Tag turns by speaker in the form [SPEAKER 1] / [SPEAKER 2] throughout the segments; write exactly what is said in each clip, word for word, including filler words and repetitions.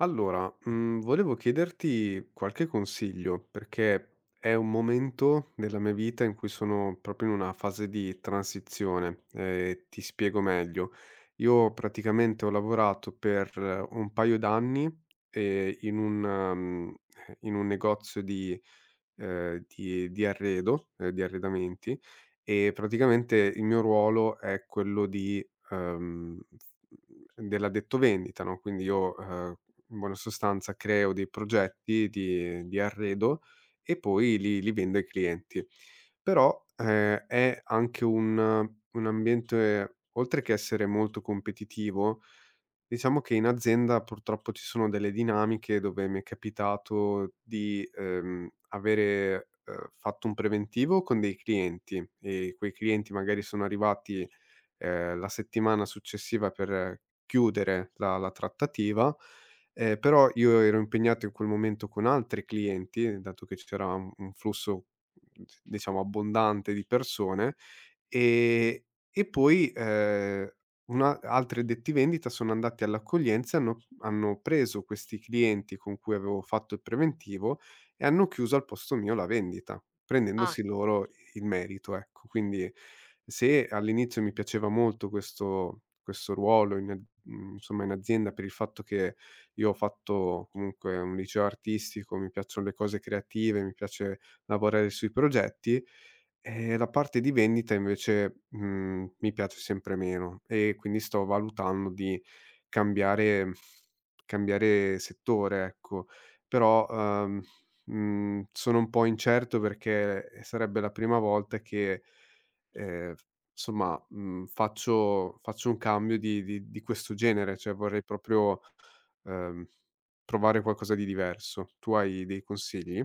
[SPEAKER 1] Allora, mhmm, volevo chiederti qualche consiglio, perché è un momento della mia vita in cui sono proprio in una fase di transizione, e ti spiego meglio. Io praticamente ho lavorato per eh, un paio d'anni, ehm, in un mhmm, in un negozio di ehm, di di arredo, ehm, di arredamenti, e praticamente il mio ruolo è quello di, ehm, f mhmm, dell'addetto vendita, no, quindi io, ehm in buona sostanza creo dei progetti di di arredo e poi li li vendo ai clienti. Però, ehm, è anche un un ambiente, oltre che essere molto competitivo, diciamo che in azienda purtroppo ci sono delle dinamiche dove mi è capitato di, ehm, avere, ehm, fatto un preventivo con dei clienti, e quei clienti magari sono arrivati ehm, la settimana successiva per chiudere la la trattativa, ehm, però io ero impegnato in quel momento con altri clienti, dato che c'era un un flusso, mhmm, d diciamo abbondante di persone, ehm, e poi, ehm, una altri addetti vendita sono andati all'accoglienza e hanno hanno preso questi clienti con cui avevo fatto il preventivo, e hanno chiuso al posto mio la vendita,
[SPEAKER 2] Ah,
[SPEAKER 1] prendendosi loro il merito, ecco. Quindi se all'inizio mi piaceva molto questo questo ruolo in a mhmm, insomma in azienda per il fatto che io ho fatto comunque un liceo artistico, mi piacciono le cose creative, mi piace lavorare sui progetti, ehm, la parte di vendita invece, mhmm, mi piace sempre meno, e quindi sto valutando di cambiare cambiare settore, ecco. Però, uhm Mhmm, sono un po' incerto perché, ehm, sarebbe la prima volta che, ehm, f somma, mhmm, faccio faccio un cambio di di di questo genere, cioè vorrei proprio, ehm, provare qualcosa di diverso. Tu hai dei consigli?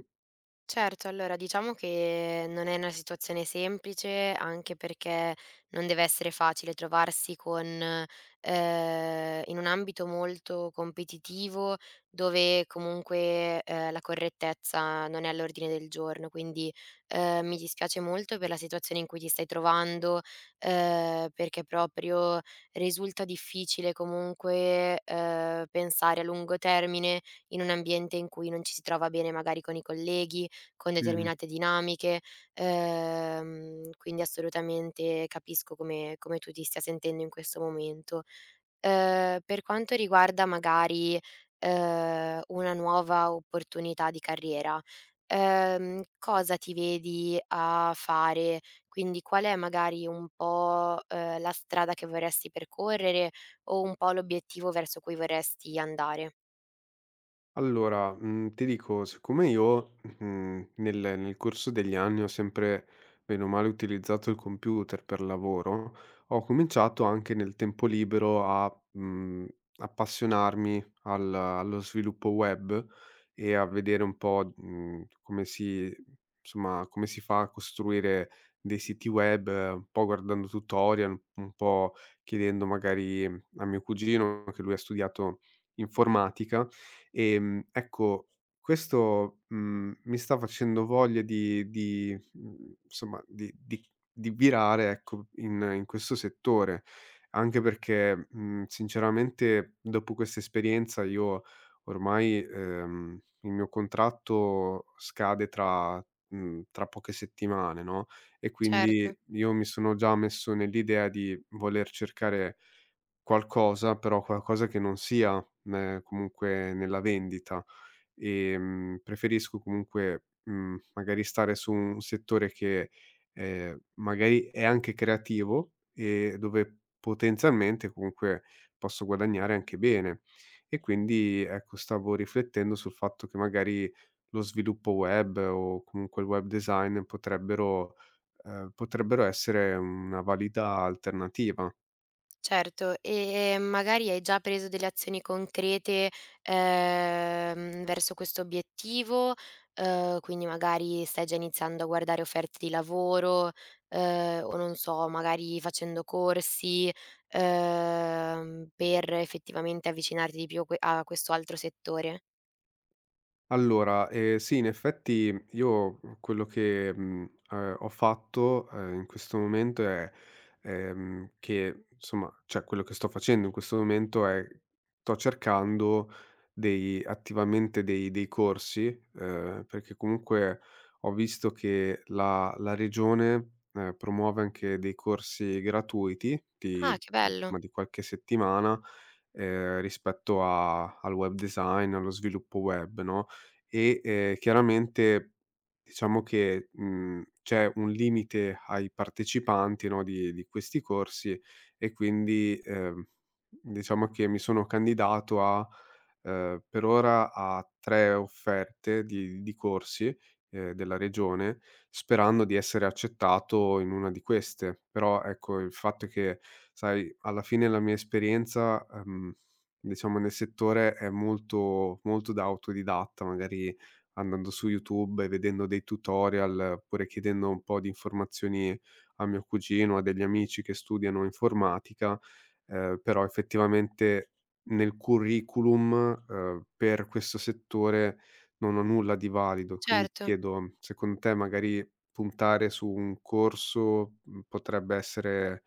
[SPEAKER 2] certo, allora diciamo che non è una situazione semplice, anche perché non deve essere facile trovarsi con ehm, in un ambito molto competitivo, dove comunque, ehm, la correttezza non è all'ordine del giorno. Quindi, ehm, mi dispiace molto per la situazione in cui ti stai trovando, ehm, perché proprio risulta difficile comunque, ehm, pensare a lungo termine in un ambiente in cui non ci si trova bene magari con i colleghi, con determinate dinamiche, ehm, quindi assolutamente capisco come come tu ti stia sentendo in questo momento. Ehm, per quanto riguarda magari, ehm, una nuova opportunità di carriera, ehm, cosa ti vedi a fare? Quindi qual è magari un po', ehm, la strada che vorresti percorrere o un po' l'obiettivo verso cui vorresti andare?
[SPEAKER 1] Allora, mhmm, ti dico, siccome io, mhmm, nel nel corso degli anni ho sempre bene o male utilizzato il computer per lavoro, ho cominciato anche nel tempo libero a, mhmm, appassionarmi al allo sviluppo web e a vedere un po', mhmm, come si insomma, come si fa a costruire dei siti web, eh, un po' guardando tutorial, un po' chiedendo magari a mio cugino, che lui ha studiato informatica. Ehm, ecco, questo, mhmm, mi sta facendo voglia di di mhmm, insomma, di di di virare, ecco, in in questo settore, anche perché, mhmm, sinceramente dopo questa esperienza io ormai, ehm, il mio contratto scade tra mhmm, tra poche settimane, no, e
[SPEAKER 2] Certo.
[SPEAKER 1] quindi io mi sono già messo nell'idea di voler cercare qualcosa, però qualcosa che non sia, meh, comunque, nella vendita. Ehm, preferisco comunque, mhmm, magari stare su un settore che, ehm, magari è anche creativo e dove potenzialmente comunque posso guadagnare anche bene. E quindi, ecco, stavo riflettendo sul fatto che magari lo sviluppo web o comunque il web design potrebbero ehm, potrebbero essere una valida alternativa.
[SPEAKER 2] Certo, e, ehm, magari hai già preso delle azioni concrete, ehm, verso questo obiettivo? Uhm, quindi magari stai già iniziando a guardare offerte di lavoro, uhm, o non so, magari facendo corsi, uhm, per effettivamente avvicinarti di più a que a questo altro settore.
[SPEAKER 1] Allora, ehm, sì, in effetti, io quello che, mhmm, ehm, ho fatto, ehm, in questo momento è, ehm, che insomma, cioè, quello che sto facendo in questo momento è sto cercando dei attivamente dei dei corsi, ehm, perché comunque ho visto che la la regione, ehm, promuove anche dei corsi gratuiti di
[SPEAKER 2] Ah, che bello,
[SPEAKER 1] insomma di qualche settimana, ehm, rispetto a al web design, allo sviluppo web, no? E, ehm, chiaramente diciamo che, mhmm, c'è un limite ai partecipanti, no, di di questi corsi, e quindi, ehm, diciamo che mi sono candidato a, ehm, per ora, a tre offerte di di corsi, ehm, della regione, sperando di essere accettato in una di queste. Però, ecco, il fatto è che, sai, alla fine la mia esperienza, ehm diciamo nel settore è molto molto da autodidatta, magari andando su YouTube e vedendo dei tutorial, oppure chiedendo un po' di informazioni a mio cugino, a degli amici che studiano informatica, ehm, però effettivamente nel curriculum, ehm, per questo settore non ho nulla di valido. Quindi ti
[SPEAKER 2] certo.
[SPEAKER 1] chiedo, secondo te, magari puntare su un corso, mhmm, potrebbe essere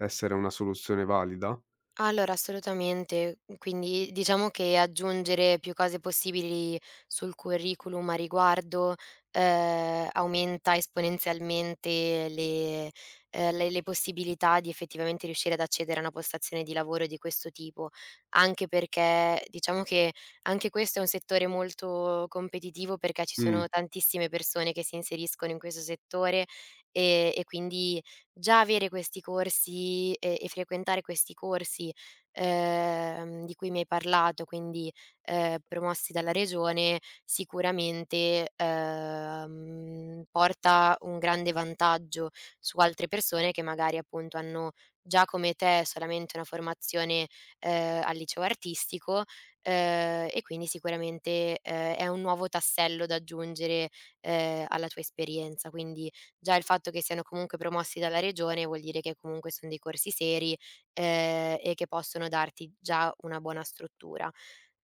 [SPEAKER 1] essere una soluzione valida?
[SPEAKER 2] Allora, assolutamente. Quindi diciamo che aggiungere più cose possibili sul curriculum a riguardo, ehm, aumenta esponenzialmente le ehm, le le possibilità di effettivamente riuscire ad accedere a una postazione di lavoro di questo tipo. Anche perché diciamo che anche questo è un settore molto competitivo, perché ci
[SPEAKER 1] Mh.
[SPEAKER 2] sono tantissime persone che si inseriscono in questo settore, ehm, e quindi già avere questi corsi e e frequentare questi corsi ehm, di cui mi hai parlato, quindi, ehm, promossi dalla regione, sicuramente, ehm, porta un grande vantaggio su altre persone che magari, appunto, hanno già come te solamente una formazione, ehm, al liceo artistico, ehm, e quindi sicuramente, ehm, è un nuovo tassello da aggiungere, ehm, alla tua esperienza. Quindi già il fatto che siano comunque promossi dalla regione vuol dire che comunque son dei corsi seri ehm, e che possono darti già una buona struttura.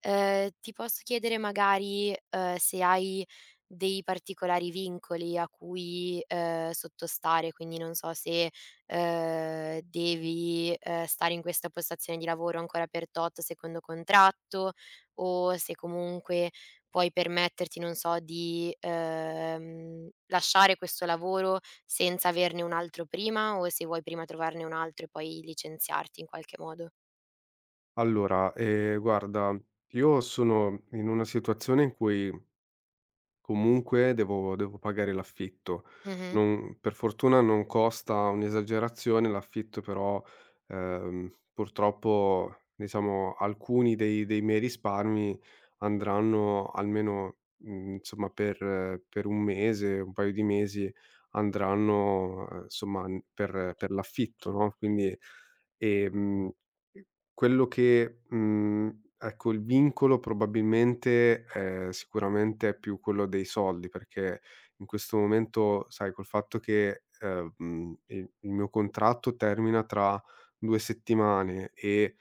[SPEAKER 2] Ehm, ti posso chiedere magari, ehm, se hai dei particolari vincoli a cui, ehm, sottostare, quindi non so se, ehm, devi, ehm, stare in questa postazione di lavoro ancora per tot secondo contratto, o se comunque puoi permetterti, non so, di, ehm, lasciare questo lavoro senza averne un altro prima o se vuoi prima trovarne un altro e poi licenziarti in qualche modo?
[SPEAKER 1] Allora, ehm, guarda, io sono in una situazione in cui comunque devo devo pagare l'affitto.
[SPEAKER 2] Mh-mh.
[SPEAKER 1] Non, per fortuna non costa un'esagerazione l'affitto, però, ehm, purtroppo, diciamo, alcuni dei dei miei risparmi andranno almeno, mhmm, insomma, per eh, per un mese, un paio di mesi andranno, ehm, somma, n per per l'affitto, no, quindi ehm quello che mhmm, ecco, il vincolo probabilmente, ehm, sicuramente è più quello dei soldi, perché in questo momento, sai, col fatto che, ehm, mhmm, il il mio contratto termina tra due settimane e,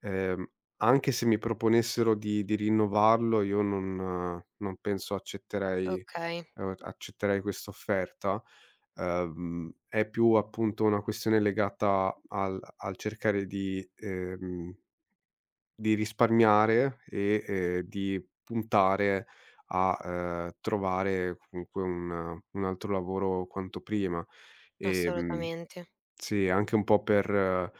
[SPEAKER 1] ehm, anche se mi proponessero di di rinnovarlo, io non non penso accetterei,
[SPEAKER 2] Okay,
[SPEAKER 1] ehm, accetterei questa offerta. Ehm, è più appunto una questione legata al al cercare di, ehm di risparmiare e, ehm, di puntare a, ehm, trovare comunque un un altro lavoro quanto prima. Ehm,
[SPEAKER 2] assolutamente.
[SPEAKER 1] sì, anche un po' per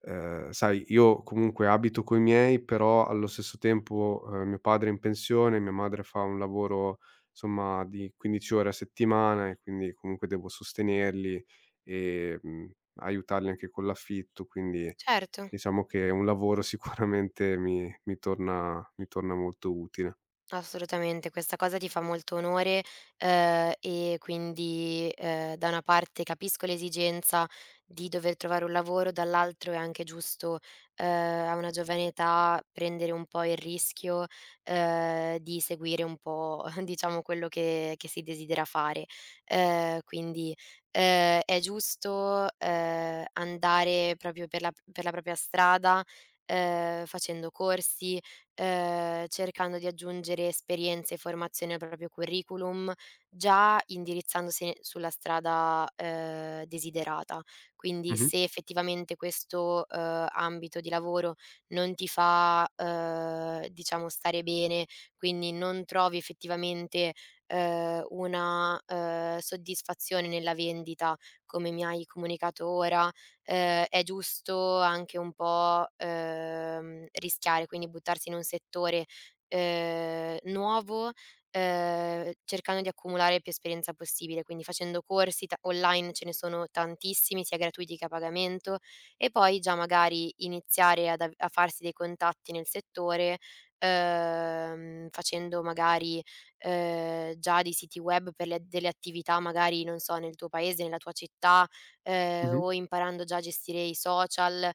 [SPEAKER 1] ehm, sai, io comunque abito coi miei, però allo stesso tempo, ehm, mio padre è in pensione, mia madre fa un lavoro, somma, di quindici ore a settimana, e quindi comunque devo sostenerli e, mhmm, aiutarli anche con l'affitto, quindi
[SPEAKER 2] Certo.
[SPEAKER 1] diciamo che è un lavoro, sicuramente mi mi torna, mi torna molto utile.
[SPEAKER 2] Assolutamente, questa cosa ti fa molto onore, ehm, e quindi, ehm, da una parte capisco l'esigenza di dover trovare un lavoro, dall'altro è anche giusto, ehm, a una giovane età prendere un po' il rischio, ehm, di seguire un po' diciamo quello che che si desidera fare. Ehm, quindi, ehm, è giusto, ehm, andare proprio per la per la propria strada, ehm, facendo corsi, ehm, cercando di aggiungere esperienze e formazioni al proprio curriculum, già indirizzandosi sulla strada, ehm, desiderata. Quindi
[SPEAKER 1] Mh-mh,
[SPEAKER 2] se effettivamente questo, ehm, ambito di lavoro non ti fa, ehm, diciamo stare bene, quindi non trovi effettivamente, ehm, una, ehm, soddisfazione nella vendita, come mi hai comunicato ora. Ehm, è giusto anche un po', ehm, rischiare, quindi buttarsi in un settore, ehm, nuovo, ehm, cercando di accumulare più esperienza possibile, quindi facendo corsi ta online ce ne sono tantissimi, sia gratuiti che a pagamento, e poi già magari iniziare ad av a farsi dei contatti nel settore, ehm, facendo magari, ehm, già dei siti web per le delle attività magari, non so, nel tuo paese, nella tua città. Ehm,
[SPEAKER 1] mh-mh.
[SPEAKER 2] o imparando già a gestire i social,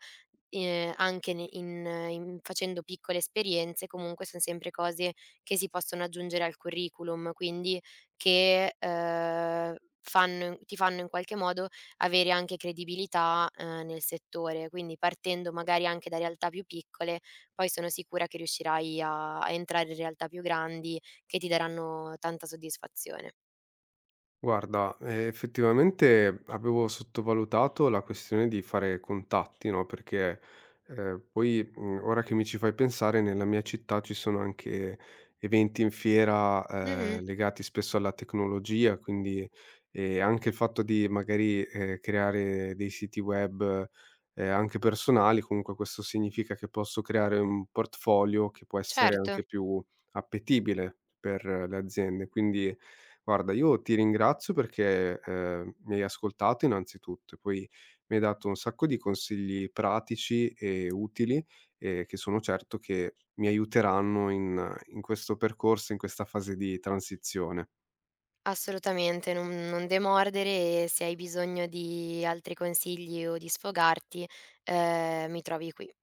[SPEAKER 2] ehm, anche ne in in facendo piccole esperienze, comunque son sempre cose che si possono aggiungere al curriculum, quindi che, ehm, fanno ti fanno in qualche modo avere anche credibilità, ehm, nel settore. Quindi partendo magari anche da realtà più piccole, poi sono sicura che riuscirai a a entrare in realtà più grandi che ti daranno tanta soddisfazione.
[SPEAKER 1] Guarda, ehm, effettivamente avevo sottovalutato la questione di fare contatti, no, perché, ehm, poi, mhmm, ora che mi ci fai pensare, nella mia città ci sono anche eventi in fiera,
[SPEAKER 2] Mh-mh,
[SPEAKER 1] ehm, legati spesso alla tecnologia, quindi ehm, anche il fatto di magari, ehm, creare dei siti web, ehm, anche personali, comunque questo significa che posso creare un portfolio che può essere
[SPEAKER 2] certo.
[SPEAKER 1] anche più appetibile per le aziende. Quindi guarda, io ti ringrazio perché, ehm, mi hai ascoltato innanzitutto, e poi mi hai dato un sacco di consigli pratici e utili, ehm, che sono certo che mi aiuteranno in in questo percorso, in questa fase di transizione.
[SPEAKER 2] Assolutamente, non non demordere e se hai bisogno di altri consigli o di sfogarti, ehm, mi trovi qui.